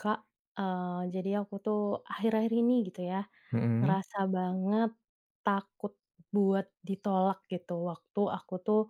Kak, jadi aku tuh akhir-akhir ini gitu ya, Mhm. ngerasa banget takut buat ditolak gitu waktu aku tuh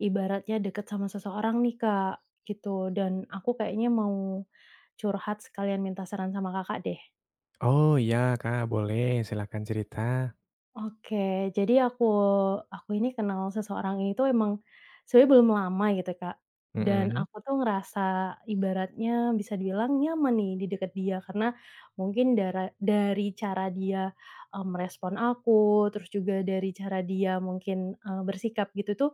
ibaratnya deket sama seseorang nih Kak, gitu. Dan aku kayaknya mau curhat sekalian minta saran sama Kakak deh. Oh iya, Kak, boleh silakan cerita. Oke, jadi aku ini kenal seseorang ini tuh emang sebenarnya belum lama gitu, Kak. Dan Mhm, aku tuh ngerasa ibaratnya bisa dibilang nyaman nih di deket dia karena mungkin dari cara dia, merespon aku, terus juga dari cara dia mungkin, bersikap gitu tuh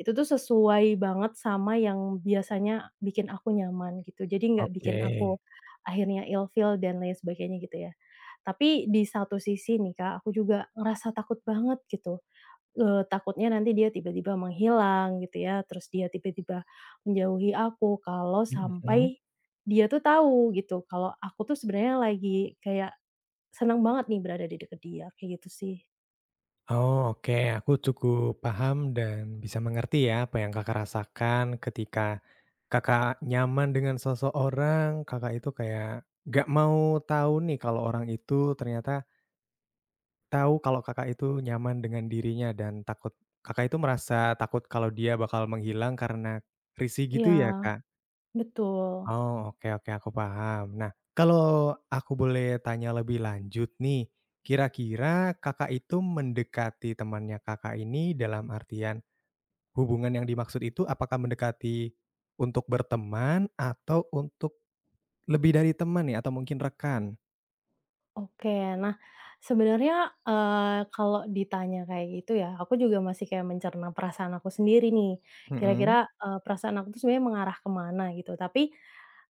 itu tuh sesuai banget sama yang biasanya bikin aku nyaman gitu, jadi nggak oke. bikin aku akhirnya ilfeel dan lain sebagainya gitu ya. Tapi di satu sisi nih Kak, aku juga ngerasa takut banget gitu, takutnya nanti dia tiba-tiba menghilang gitu ya, terus dia tiba-tiba menjauhi aku kalau Mhm. sampai dia tuh tahu gitu kalau aku tuh sebenarnya lagi kayak senang banget nih berada di dekat dia, kayak gitu sih. Oh, oke, aku cukup paham dan bisa mengerti ya apa yang Kakak rasakan ketika Kakak nyaman dengan seseorang, Kakak itu kayak gak mau tahu nih kalau orang itu ternyata tahu kalau Kakak itu nyaman dengan dirinya dan takut Kakak itu merasa takut kalau dia bakal menghilang karena risih gitu Iya, ya, Kak? betul. Oh, oke oke aku paham. Nah, kalau aku boleh tanya lebih lanjut nih, kira-kira Kakak itu mendekati temannya Kakak ini dalam artian hubungan yang dimaksud itu apakah mendekati untuk berteman atau untuk lebih dari teman nih atau mungkin rekan? Oke. Nah, sebenarnya, kalau ditanya kayak gitu ya, aku juga masih kayak mencerna perasaan aku sendiri nih. Mhm. Kira-kira, perasaan aku tuh sebenarnya mengarah kemana gitu. Tapi,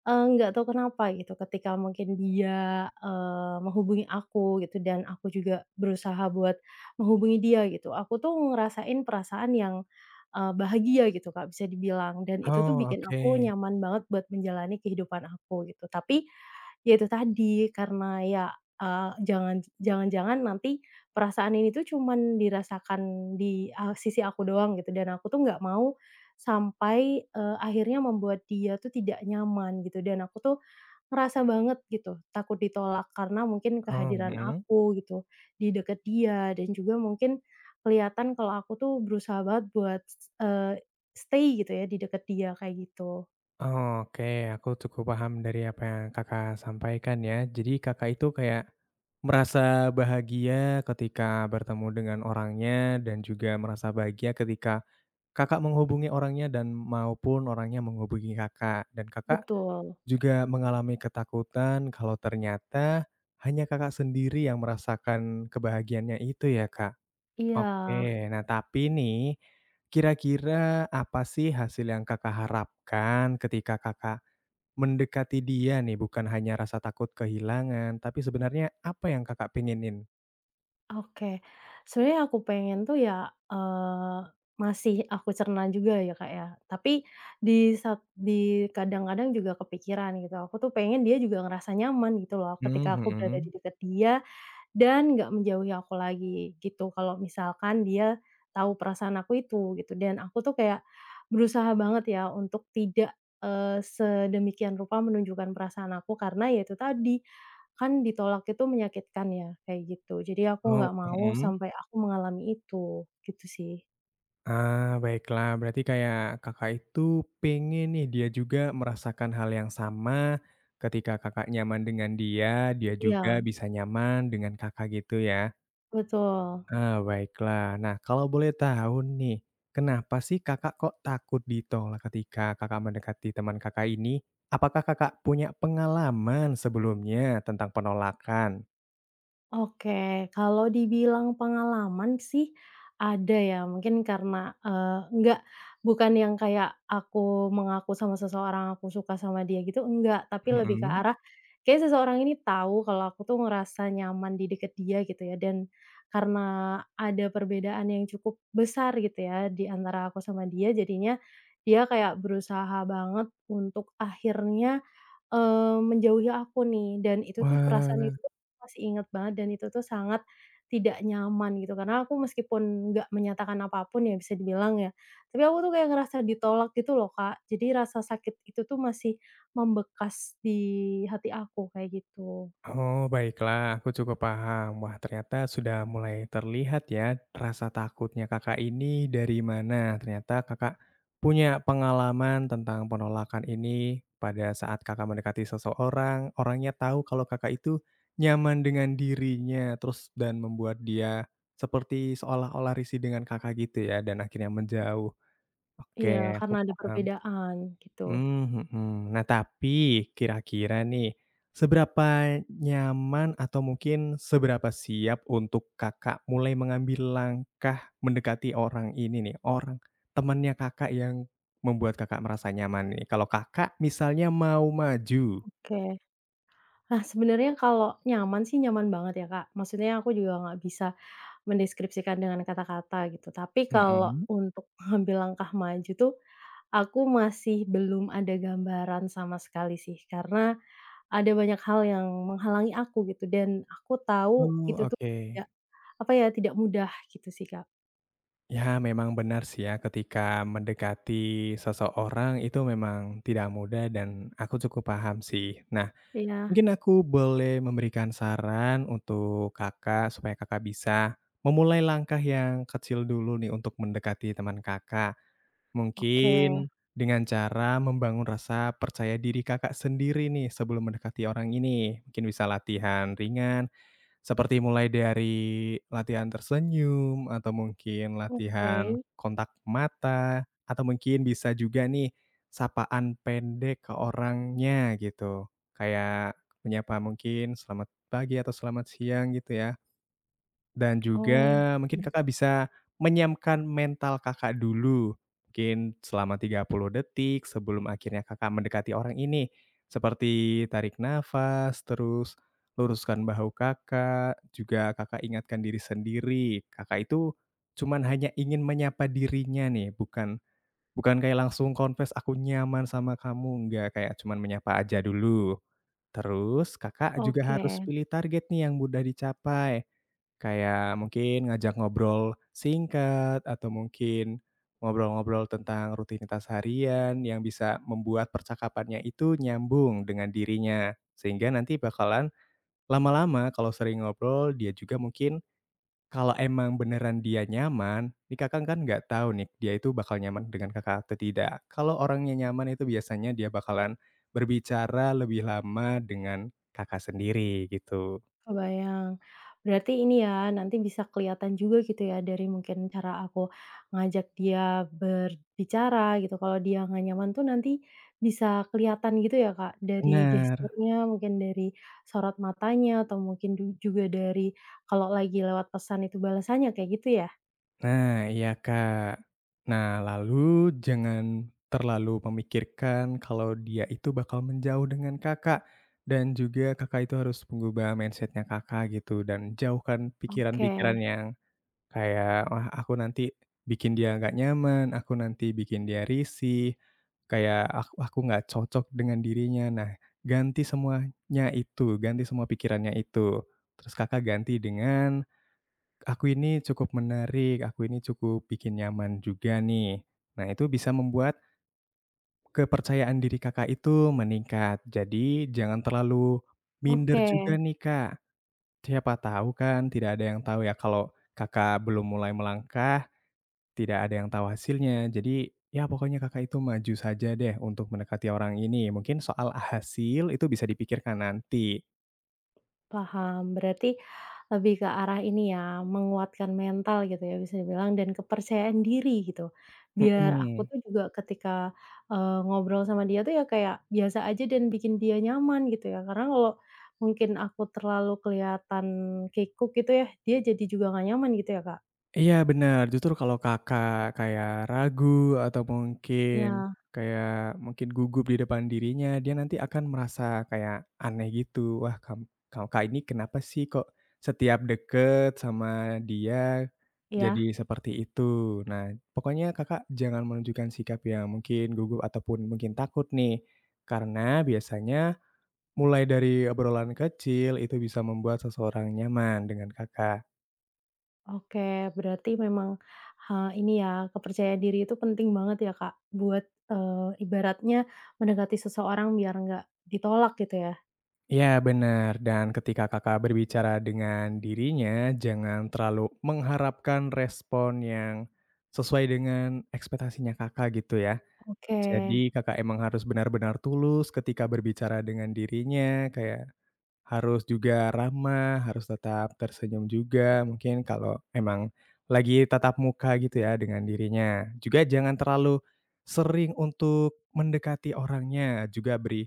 nggak tahu kenapa gitu ketika mungkin dia, menghubungi aku gitu dan aku juga berusaha buat menghubungi dia gitu. Aku tuh ngerasain perasaan yang, bahagia gitu, Kak, bisa dibilang dan itu tuh Oh, bikin oke. aku nyaman banget buat menjalani kehidupan aku gitu. Tapi, ya itu tadi karena ya jangan jangan-jangan nanti perasaan ini tuh cuman dirasakan di, sisi aku doang gitu dan aku tuh nggak mau sampai, akhirnya membuat dia tuh tidak nyaman gitu dan aku tuh ngerasa banget gitu takut ditolak karena mungkin Oh, kehadiran mhm. aku gitu di deket dia dan juga mungkin kelihatan kalau aku tuh berusaha banget buat, eee, stay gitu ya di deket dia kayak gitu. Oke, aku cukup paham dari apa yang Kakak sampaikan ya. Jadi Kakak itu kayak merasa bahagia ketika bertemu dengan orangnya dan juga merasa bahagia ketika Kakak menghubungi orangnya dan maupun orangnya menghubungi Kakak. Dan Kakak Betul, juga mengalami ketakutan kalau ternyata hanya Kakak sendiri yang merasakan kebahagiaannya itu ya, Kak? iya. Oke, nah tapi nih, kira-kira apa sih hasil yang Kakak harapkan ketika Kakak mendekati dia nih, bukan hanya rasa takut kehilangan, tapi sebenarnya apa yang Kakak pengenin? Oke. Sebenarnya aku pengen tuh ya, eee, masih aku cerna juga ya, Kak, ya. Tapi di sat di kadang-kadang juga kepikiran gitu, aku tuh pengen dia juga ngerasa nyaman gitu loh Hmm, ketika aku berada di mhm. dekat dia, dan nggak menjauhi aku lagi gitu, kalau misalkan dia tahu perasaan aku itu gitu, dan aku tuh kayak berusaha banget ya untuk tidak, sedemikian rupa menunjukkan perasaan aku karena ya itu tadi, kan ditolak itu menyakitkan ya, kayak gitu. Jadi aku Oh, nggak mau mhm. sampai aku mengalami itu, gitu sih. Ah, baiklah, berarti kayak Kakak itu pengen nih dia juga merasakan hal yang sama, ketika Kakak nyaman dengan dia, dia juga Iya, bisa nyaman dengan Kakak gitu ya? betul. Ah, baiklah. Nah, kalau boleh tahu nih, kenapa sih Kakak kok takut ditolak ketika Kakak mendekati teman Kakak ini? Apakah Kakak punya pengalaman sebelumnya tentang penolakan? Oke, kalau dibilang pengalaman sih ada ya, mungkin karena, enggak bukan yang kayak aku mengaku sama seseorang aku suka sama dia gitu, enggak, tapi lebih ke Mhm. arah kayak seseorang ini tahu kalau aku tuh ngerasa nyaman di deket dia gitu ya, dan karena ada perbedaan yang cukup besar gitu ya di antara aku sama dia, jadinya dia kayak berusaha banget untuk akhirnya menjauhi aku nih dan itu tuh perasaan Wah. itu tuh masih inget banget dan itu tuh sangat tidak nyaman gitu karena aku meskipun nggak menyatakan apapun pun ya bisa dibilang ya, tapi aku tuh kayak ngerasa ditolak gitu loh Kak, jadi rasa sakit itu tuh masih membekas di hati aku kayak gitu. Oh, baiklah, aku cukup paham. Wah, ternyata sudah mulai terlihat ya rasa takutnya Kakak ini dari mana. Ternyata Kakak punya pengalaman tentang penolakan ini pada saat Kakak mendekati seseorang, orangnya tahu kalau Kakak itu nyaman dengan dirinya, terus dan membuat dia seperti seolah-olah risih dengan Kakak gitu ya dan akhirnya menjauh. Iya Oke, aku karena ada paham. perbedaan gitu. Mmm, mhm. Nah, tapi kira-kira nih, seberapa nyaman atau mungkin seberapa siap untuk Kakak mulai mengambil langkah mendekati orang ini nih, orang temannya Kakak yang membuat Kakak merasa nyaman nih, kalau Kakak misalnya mau maju? Oke. Nah sebenarnya kalau nyaman sih nyaman banget ya Kak, maksudnya aku juga nggak bisa mendeskripsikan dengan kata-kata gitu tapi kalau Mhm. untuk mengambil langkah maju tuh Aku masih belum ada gambaran sama sekali sih, karena ada banyak hal yang menghalangi aku gitu dan aku tahu Oh, itu tuh oke. tidak, apa ya, tidak mudah gitu sih, Kak. Ya, memang benar sih ya, ketika mendekati seseorang itu memang tidak mudah dan aku cukup paham sih. Nah, Iya, mungkin aku boleh memberikan saran untuk Kakak, supaya Kakak bisa memulai langkah yang kecil dulu nih untuk mendekati teman Kakak. oke Mungkin dengan cara membangun rasa percaya diri Kakak sendiri nih sebelum mendekati orang ini. Mungkin bisa latihan ringan seperti mulai dari latihan tersenyum, atau mungkin oke. latihan kontak mata, atau mungkin bisa juga nih sapaan pendek ke orangnya gitu. Kayak menyapa mungkin selamat pagi atau selamat siang gitu ya. Dan Oh, juga mungkin mmm, Kakak bisa menyiapkan mental Kakak dulu, mungkin selama 30 detik sebelum akhirnya Kakak mendekati orang ini. Seperti tarik nafas, terus luruskan bahu Kakak, juga Kakak ingatkan diri sendiri, Kakak itu cuman hanya ingin menyapa dirinya nih, bukan bukan kayak langsung confess, "Aku nyaman sama kamu." Enggak, kayak cuman menyapa aja dulu. Terus Kakak juga oke. harus pilih target nih yang mudah dicapai, kayak mungkin ngajak ngobrol singkat atau mungkin ngobrol-ngobrol tentang rutinitas harian yang bisa membuat percakapannya itu nyambung dengan dirinya. Sehingga nanti bakalan lama-lama kalau sering ngobrol dia juga mungkin kalau emang beneran dia nyaman, nih Kakak kan nggak tahu nih dia itu bakal nyaman dengan Kakak atau tidak. Kalau orangnya nyaman itu biasanya dia bakalan berbicara lebih lama dengan Kakak sendiri gitu. Kebayang. Berarti ini ya, nanti bisa kelihatan juga gitu ya dari mungkin cara aku ngajak dia berbicara gitu, kalau dia nggak nyaman tuh nanti bisa kelihatan gitu ya, Kak, dari Benar. gesturnya, mungkin dari sorot matanya, atau mungkin du juga dari kalau lagi lewat pesan itu balasannya, kayak gitu ya? Nah iya Kak. Nah lalu jangan terlalu memikirkan kalau dia itu bakal menjauh dengan Kakak, dan juga Kakak itu harus mengubah mindsetnya Kakak gitu dan jauhkan pikiran-pikiran Oke yang kayak, wah aku nanti bikin dia nggak nyaman, aku nanti bikin dia risih, kayak aku nggak cocok dengan dirinya. Nah, ganti semuanya itu, ganti semua pikirannya itu. Terus Kakak ganti dengan, "Aku ini cukup menarik, aku ini cukup bikin nyaman juga nih." Nah, itu bisa membuat kepercayaan diri Kakak itu meningkat. Jadi jangan terlalu minder oke. juga nih, Kak. Siapa tahu kan, tidak ada yang tahu ya kalau Kakak belum mulai melangkah tidak ada yang tahu hasilnya. Jadi, ya pokoknya Kakak itu maju saja deh untuk mendekati orang ini. Mungkin soal hasil itu bisa dipikirkan nanti. Paham, berarti lebih ke arah ini ya, menguatkan mental gitu ya bisa dibilang dan kepercayaan diri gitu. Biar aku Mhm. tuh juga ketika, ngobrol sama dia tuh ya kayak biasa aja dan bikin dia nyaman gitu ya. Karena kalau mungkin aku terlalu kelihatan kikuk gitu ya, dia jadi juga nggak nyaman gitu ya, Kak? Iya benar. Justru kalau Kakak kayak ragu atau mungkin Ya, kayak mungkin gugup di depan dirinya, dia nanti akan merasa kayak aneh gitu. Wah, kam Kak Kak ini kenapa sih kok setiap deket sama dia ya, jadi seperti itu? Nah, pokoknya Kakak jangan menunjukkan sikap yang mungkin gugup ataupun mungkin takut nih. Karena biasanya mulai dari obrolan kecil itu bisa membuat seseorang nyaman dengan Kakak. oke, berarti memang, ini ya kepercayaan diri itu penting banget ya, Kak, buat, ibaratnya mendekati seseorang biar nggak ditolak gitu ya? Ya benar, dan ketika Kakak berbicara dengan dirinya, jangan terlalu mengharapkan respon yang sesuai dengan ekspektasinya Kakak gitu ya. Oke. Jadi Kakak emang harus benar-benar tulus ketika berbicara dengan dirinya, kayak harus juga ramah, harus tetap tersenyum juga mungkin kalau emang lagi tatap muka gitu ya dengan dirinya. Juga jangan terlalu sering untuk mendekati orangnya, juga beri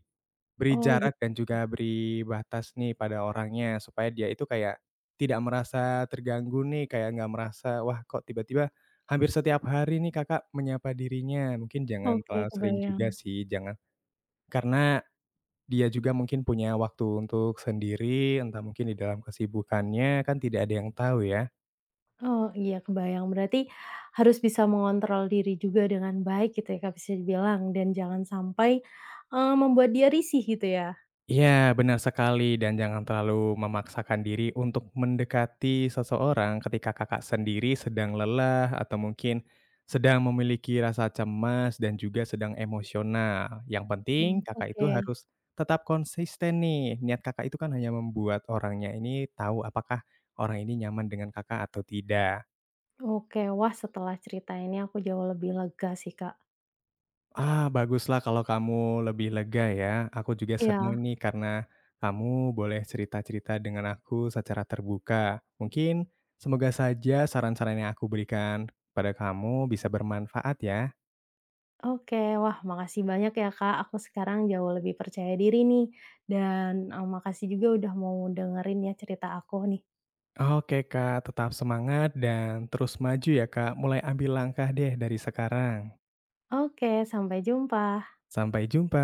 beri Oh gitu, jarak dan juga beri batas nih pada orangnya supaya dia itu kayak tidak merasa terganggu nih, kayak nggak merasa, "Wah kok tiba-tiba hampir setiap hari nih Kakak menyapa dirinya." Mungkin jangan oke terlalu sering kebayang. juga sih, jangan karena dia juga mungkin punya waktu untuk sendiri, entah mungkin di dalam kesibukannya, kan tidak ada yang tahu ya. Oh iya kebayang, berarti harus bisa mengontrol diri juga dengan baik gitu ya Kak, bisa dibilang dan jangan sampai, membuat dia risih gitu ya? Iya, benar sekali dan jangan terlalu memaksakan diri untuk mendekati seseorang ketika Kakak sendiri sedang lelah atau mungkin sedang memiliki rasa cemas dan juga sedang emosional. Yang penting Mmm, Kakak itu oke harus tetap konsisten nih. Niat Kakak itu kan hanya membuat orangnya ini tahu apakah orang ini nyaman dengan Kakak atau tidak. oke. Wah setelah cerita ini aku jauh lebih lega sih Kak. Ah, baguslah kalau kamu lebih lega ya. Aku juga senang Iya, nih karena kamu boleh cerita-cerita dengan aku secara terbuka. Mungkin semoga saja saran-saran yang aku berikan pada kamu bisa bermanfaat ya. oke. Wah makasih banyak ya Kak, aku sekarang jauh lebih percaya diri nih dan, makasih juga udah mau dengerin ya cerita aku nih. Oke Kak, tetap semangat dan terus maju ya Kak. Mulai ambil langkah deh dari sekarang. Oke, sampai jumpa. Sampai jumpa.